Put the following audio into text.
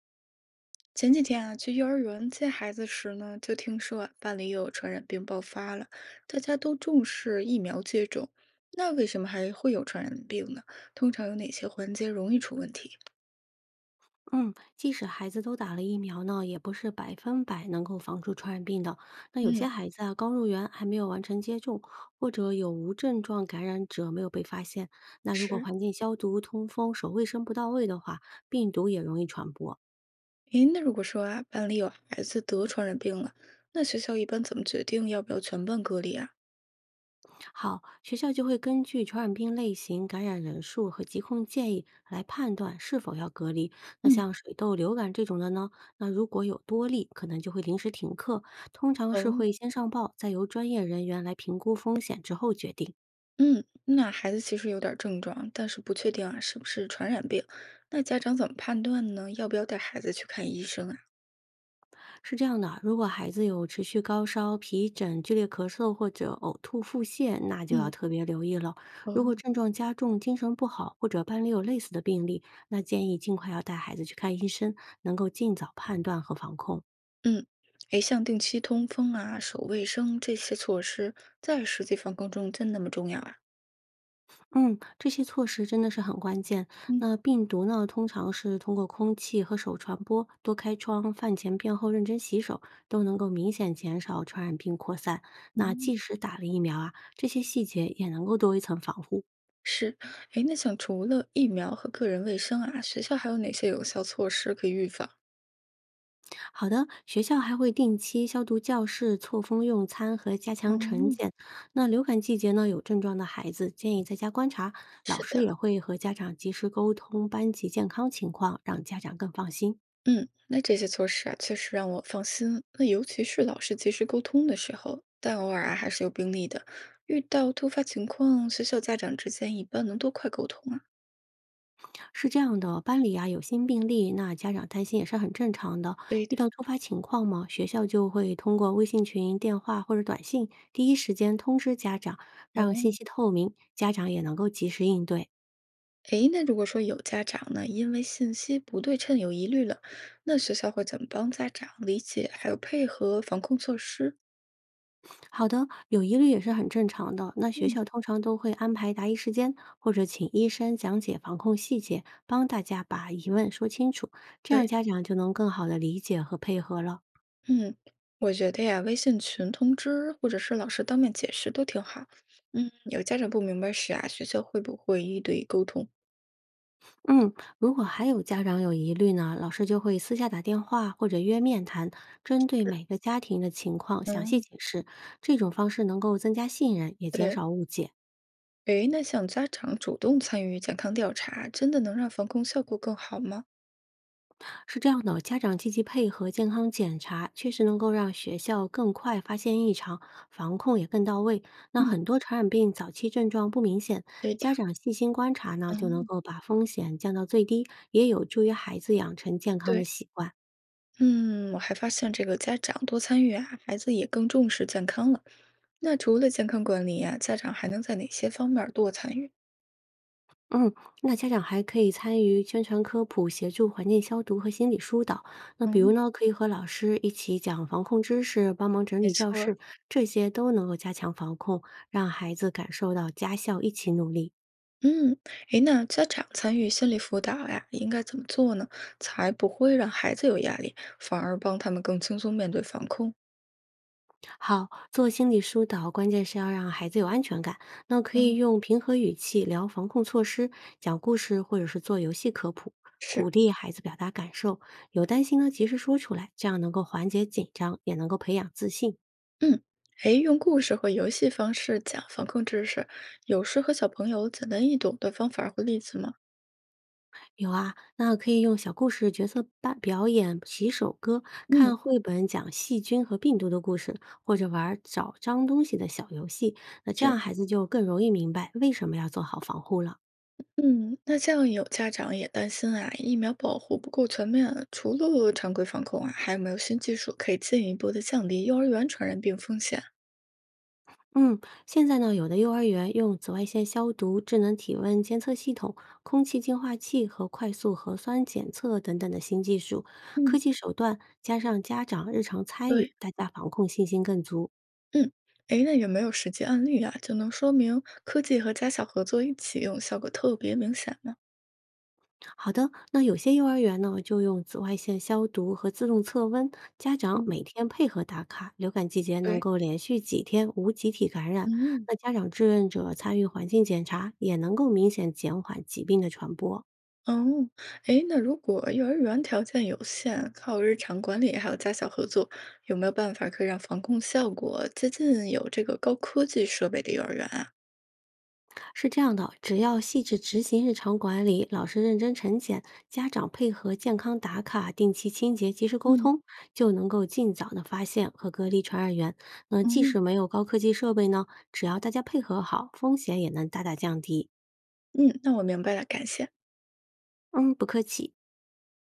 前几天啊，去幼儿园接孩子时呢，就听说啊，班里又有传染病爆发了，大家都重视疫苗接种，那为什么还会有传染病呢？通常有哪些环节容易出问题？嗯，即使孩子都打了疫苗呢，也不是百分百能够防住传染病的。那有些嗯，孩子啊，刚入园还没有完成接种，或者有无症状感染者没有被发现。那如果是，环境消毒、通风、手卫生不到位的话，病毒也容易传播。诶，那如果说啊，班里有孩子得传染病了，那学校一般怎么决定要不要全班隔离啊？好，学校就会根据传染病类型、感染人数和疾控建议来判断是否要隔离。那嗯，像水痘、流感这种的呢，那如果有多例，可能就会临时停课。通常是哦，会先上报，再由专业人员来评估风险之后决定。嗯，那孩子其实有点儿症状，但是不确定啊是不是传染病，那家长怎么判断呢？要不要带孩子去看医生啊？是这样的，如果孩子有持续高烧、皮疹、剧烈咳嗽或者呕吐、腹泻，那就要嗯，特别留意了。如果哦。症状加重、精神不好或者班里有类似的病例，那建议尽快要带孩子去看医生，能够尽早判断和防控。嗯，诶，像定期通风啊、手卫生这些措施，在实际防控中真那么重要啊？嗯，这些措施真的是很关键。嗯那病毒呢，通常是通过空气和手传播，多开窗、饭前便后认真洗手，都能够明显减少传染病扩散。那嗯，即使打了疫苗啊，这些细节也能够多一层防护。是，诶，那像除了疫苗和个人卫生啊，学校还有哪些有效措施可以预防？好的，学校还会定期消毒教室、错峰用餐和加强晨嗯检。那流感季节呢，有症状的孩子建议在家观察，老是师的，也会和家长及时沟通班级健康情况，让家长更放心。嗯，那这些措施啊，确实让我放心。那尤其是老师及时沟通的时候，但偶尔啊还是有病例的。遇到突发情况，学校家长之间一般能多快沟通啊？是这样的，班里啊有新病例，那家长担心也是很正常的。对遇的。到突发情况嘛，学校就会通过微信群、电话或者短信，第一时间通知家长，让信哦。息透明，家长也能够及时应对。诶，那如果说有家长呢，因为信息不对称有疑虑了，那学校会怎么帮家长理解，还有配合防控措施？好的，有疑虑也是很正常的。那学嗯，校通常都会安排答疑时间，或者请医生讲解防控细节，帮大家把疑问说清楚，这样对，家长就能更好的理解和配合了。嗯，我觉得呀，微信群通知或者是老师当面解释都挺好。嗯，有家长不明白时啊，学校会不会一对一沟通？嗯，如果还有家长有疑虑呢，老师就会私下打电话或者约面谈，针对每个家庭的情况详细嗯，解释。这种方式能够增加信任，也减对，少误解。诶，那像家长主动参与健康调查，真的能让防控效果更好吗？是这样的，家长积极配合健康检查，确实能够让学校更快发现异常，防控也更到位。那嗯，很多传染病早期症状不明显，对的，家长细心观察呢，就能嗯，够把风险降到最低，也有助于孩子养成健康的对。习惯。嗯，我还发现这个家长多参与啊，孩子也更重视健康了。那除了健康管理呀，家长还能在哪些方面儿多参与？嗯，那家长还可以参与宣传科普，协助环境消毒和心理疏导。那比如嗯，呢，可以和老师一起讲防控知识，帮忙整没理教错儿，室，这些都能够加强防控，让孩子感受到家校一起努力。嗯，诶，那家长参与心理辅导呀，应该怎么做呢？才不会让孩子有压力，反而帮他们更轻松面对防控？好，做心理疏导，关键是要让孩子有安全感。那可以嗯，用平和语气聊防控措施，讲故事或者是做游戏科普，鼓是，励孩子表达感受。有担心呢，及时说出来，这样能够缓解紧张，也能够培养自信。嗯，诶，用故事和游戏方式讲防控知识，有适合小朋友简单易懂的方法或例子吗？有啊，那可以用小故事、角色扮表演、洗手歌、嗯，看绘本讲细菌和病毒的故事，或者玩儿找脏东西的小游戏。那这样是。孩子就更容易明白为什么要做好防护了。嗯，那像有家长也担心啊，疫苗保护不够全面，除了常规防控啊，还有没有新技术可以进一步的降低幼儿园传染病风险？嗯，现在呢，有的幼儿园用紫外线消毒、智能体温监测系统、空气净化器和快速核酸检测等等的新技术，科嗯，技手段加上家长日常参对，与，大家防控信心更足。嗯，诶，那有没有实际案例啊，就能说明科技和家校合作一起用效果特别明显呢？好的，那有些幼儿园呢，就用紫外线消毒和自动测温，家长嗯每天配合打卡，流感季节能对，够连续几天无集体感染，嗯，那家长志愿者参与环境检查，也能够明显减缓疾病的传播。哦，诶，那如果幼儿园条件有限，靠日常管理还有家校合作，有没有办法可以让防控效果接近有这个高科技设备的幼儿园啊？是这样的，只要细致执行日常管理，老师认真晨检，家长配合健康打卡、定期清洁、及时沟嗯。通，就能够尽早的发现和隔离传染源。那即嗯使没有高科技设备呢，只要大家配合好，风险也能大大降低。嗯，那我明白了，感谢。嗯，不客气。